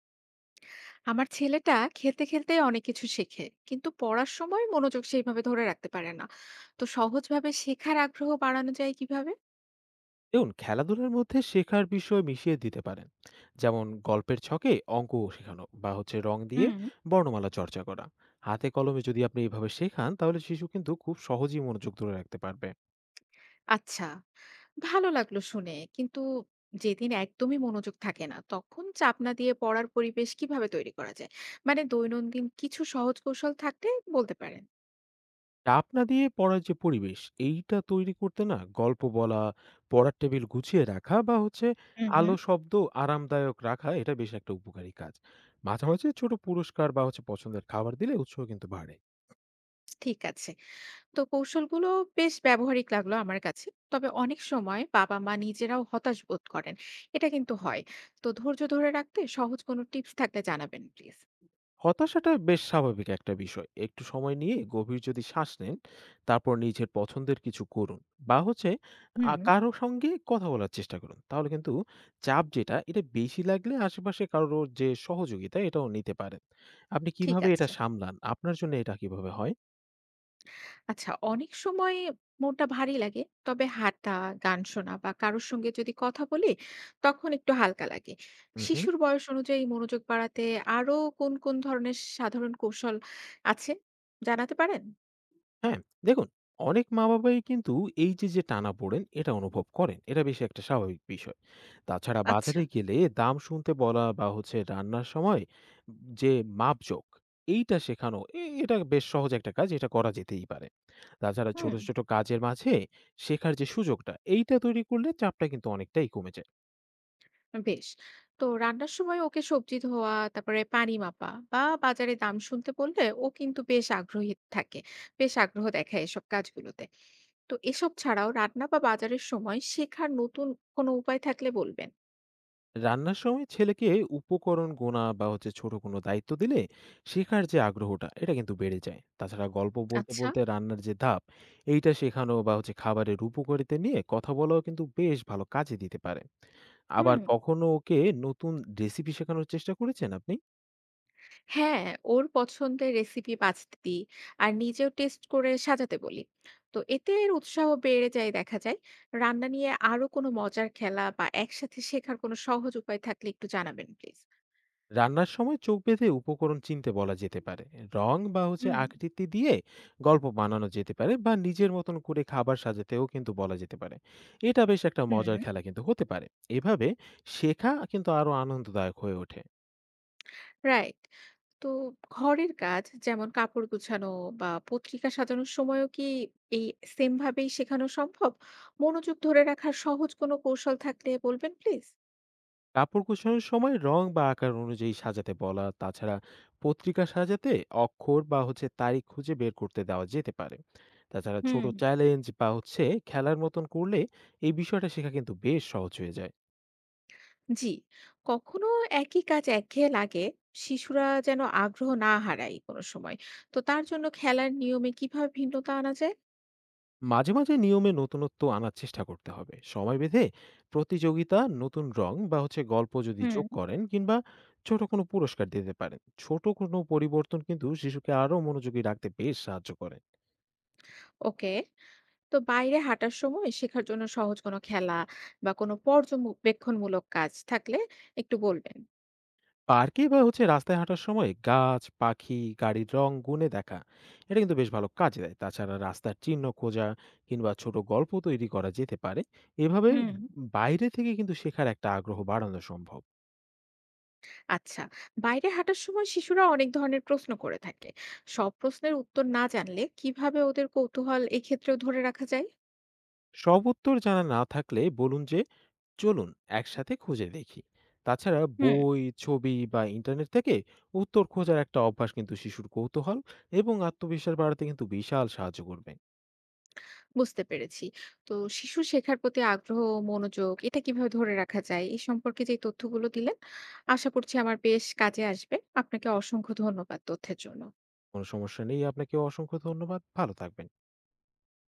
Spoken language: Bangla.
আমার ছেলেটা খেলতে খেলতে অনেক কিছু শেখে, কিন্তু পড়ার সময় মনোযোগ সেইভাবে ধরে রাখতে পারে না। তো সহজভাবে শেখার আগ্রহ বাড়ানো যায় কিভাবে? দেখুন, খেলাধুলার মধ্যে শেখার বিষয় মিশিয়ে দিতে পারেন। যেমন গল্পের ছকে অঙ্ক শেখানো বা রং দিয়ে হুম। বর্ণমালা চর্চা করা। হাতে কলমে যদি আপনি এইভাবে শেখান, তাহলে শিশু কিন্তু খুব সহজেই মনোযোগ ধরে রাখতে পারবে। আচ্ছা, ভালো লাগলো শুনে, কিন্তু যেদিন একদমই মনোযোগ থাকে না, তখন চাপ না দিয়ে পড়ার পরিবেশ কিভাবে তৈরি করা যায়? মানে দৈনন্দিন কিছু সহজ কৌশল থাকলে বলতে পারেন। চাপ না দিয়ে পড়ার যে পরিবেশ, এইটা তৈরি করতে না গল্প বলা, পড়ার টেবিল গুছিয়ে রাখা বা হুম, আলো হুম। শব্দ আরামদায়ক রাখা, এটা বেশ একটা উপকারী কাজ। মাঝে মাঝে ছোট পুরস্কার বা পছন্দের খাবার দিলে উৎসাহ কিন্তু বাড়ে। ঠিক আছে। তো কৌশলগুলো বেশ ব্যবহারিক লাগলো আমার কাছে। তবে অনেক সময় বাবা-মা নিজেরাও হতাশ বোধ করেন। এটা কিন্তু হয়। তো ধৈর্য ধরে রাখতে সহজ কোনো টিপস থাকলে জানাবেন প্লিজ। হতাশাটা বেশ স্বাভাবিক একটা বিষয়। একটু সময় নিয়ে গভীর যদি শ্বাস নেন, তারপর নিজের পছন্দের কিছু করুন, বা হচ্ছে আ হুম। কারো সঙ্গে কথা বলার চেষ্টা করুন। তাহলে কিন্তু চাপ যেটা, এটা বেশি লাগলে আশেপাশে কারোর যে সহযোগিতা, এটাও নিতে পারেন। আপনি ঠিক কিভাবে এটা আছে। সামলান? আপনার জন্য এটা কিভাবে হয়? আচ্ছা, অনেক সময় মনটা ভারী লাগে। তবে হাঁটা, গান শোনা বা কারোর সঙ্গে যদি কথা বলি, তখন একটু হালকা লাগে। হু, হু। শিশুর বয়স অনুযায়ী মনোযোগ বাড়াতে আরো কোন ধরনের সাধারণ কৌশল আছে জানাতে পারেন? হ্যাঁ, দেখুন, অনেক মা-বাবাই কিন্তু এই যে, যে টানাপোড়েন, এটা অনুভব করেন। এটা বেশ একটা স্বাভাবিক বিষয়। তাছাড়া আচ্ছা, বাজারে গেলে দাম শুনতে বলা বা রান্নার সময় যে মাপজোক এইটা শেখানো, এটা বেশ সহজ একটা কাজ, এটা করা যেতেই পারে। তাছাড়া হুম। ছোট ছোট কাজের মাঝে শেখার যে সুযোগটা, এইটা তৈরি করলে চাপটা কিন্তু অনেকটাই কমে যায়। বেশ। তো রান্নার সময় ওকে সবজি ধোয়া, তারপরে পানি মাপা বা বাজারে দাম শুনতে বললে ও কিন্তু বেশ আগ্রহী থাকে। বেশ আগ্রহ দেখায় এসব কাজগুলোতে। তো এসব ছাড়াও রান্না বা বাজারের সময় শেখার নতুন কোনো উপায় থাকলে বলবেন। রান্নার সময় ছেলেকে উপকরণ গোনা বা ছোট কোনো দায়িত্ব দিলে শেখার যে আগ্রহটা, এটা কিন্তু বেড়ে যায়। তাছাড়া গল্প বলতে আচ্ছা। বলতে রান্নার যে ধাপ এইটা শেখানো বা খাবারের উপকারিতা নিয়ে কথা বলাও কিন্তু বেশ ভালো কাজে দিতে পারে। আবার হুম। কখনো ওকে নতুন রেসিপি শেখানোর চেষ্টা করেছেন আপনি? হ্যাঁ, ওর পছন্দের রেসিপি বাছতে দিই, আর নিজেও টেস্ট করে সাজাতে বলি। তো এতে এর উৎসাহ বেড়ে যায় দেখা যায়। রান্না নিয়ে আরো কোনো মজার খেলা বা একসাথে শেখার কোনো সহজ উপায় থাকলে একটু জানাবেন প্লিজ। রান্নার সময় চোখ বেঁধে উপকরণ চিনতে বলা যেতে পারে। রং বা হুম, আকৃতি দিয়ে গল্প বানানো যেতে পারে, বা নিজের মতন করে খাবার সাজাতেও কিন্তু বলা যেতে পারে। এটা বেশ একটা মজার হুম। খেলা কিন্তু হতে পারে। এভাবে শেখা কিন্তু আরো আনন্দদায়ক হয়ে ওঠে। রাইট। তো ঘরের কাজ যেমন কাপড় গুছানো বা পত্রিকা সাজানোর সময়ও কি এই সেম ভাবেই শেখানো সম্ভব? মনোযোগ ধরে রাখার সহজ কোনো কৌশল থাকলে বলবেন প্লিজ? কাপড় কুশনের সময় রং বা আকার অনুযায়ী সাজাতে বলা, তাছাড়া পত্রিকা সাজাতে অক্ষর বা তারিখ খুঁজে বের করতে দেওয়া যেতে পারে। তাছাড়া ছোট হুম। চ্যালেঞ্জ বা খেলার মতন করলে এই বিষয়টা শেখা কিন্তু বেশ সহজ হয়ে যায়। জি। কখনো একই কাজ একঘেয়ে লাগে, শিশুরা যেন আগ্রহ না হারায় কোনো সময়। তো তার জন্য খেলার নিয়মে কিভাবে ভিন্নতা আনা যায়? মাঝে মাঝে নিয়মে নতুনত্ব আনার চেষ্টা করতে হবে। সময় বেঁধে প্রতিযোগিতা, নতুন রং বা গল্প যদি হুম। যোগ করেন, কিংবা ছোট কোনো পুরস্কার দিতে পারেন। ছোট কোনো পরিবর্তন কিন্তু শিশুকে আরো মনোযোগী রাখতে বেশ সাহায্য করে। ওকে। তো বাইরে হাঁটার সময় শেখার জন্য সহজ কোনো খেলা বা কোনো পর্যবেক্ষণমূলক কাজ থাকলে একটু বলবেন। পার্কে বা রাস্তায় হাঁটার সময় গাছ, পাখি, গাড়ির রং গুণে দেখা, এটা কিন্তু বেশ ভালো কাজে দেয়। তাছাড়া রাস্তার চিহ্ন খোঁজা কিংবা ছোট গল্প তৈরি করা যেতে পারে। এভাবে হুম। বাইরে থেকে কিন্তু শেখার একটা আগ্রহ বাড়ানো সম্ভব। আচ্ছা, বাইরে হাঁটার সময় শিশুরা অনেক ধরনের প্রশ্ন করে থাকে। সব প্রশ্নের উত্তর না জানলে কিভাবে ওদের কৌতূহল এক্ষেত্রেও ধরে রাখা যায়? সব উত্তর জানা না থাকলে বলুন যে, চলুন একসাথে খুঁজে দেখি। তাছাড়া হুম। বই, ছবি বা ইন্টারনেট থেকে উত্তর খোঁজার একটা অভ্যাস কিন্তু শিশুর কৌতূহল এবং আত্মবিশ্বাস বাড়াতে কিন্তু বিশাল সাহায্য করবে। বুঝতে পেরেছি। তো শিশু শেখার প্রতি আগ্রহ ও মনোযোগ এটা কিভাবে ধরে রাখা যায় এই সম্পর্কে যে তথ্যগুলো দিলেন, আশা করছি আমার বেশ কাজে আসবে। আপনাকে অসংখ্য ধন্যবাদ তথ্যের জন্য। কোনো সমস্যা নেই। আপনাকে অসংখ্য ধন্যবাদ। ভালো থাকবেন।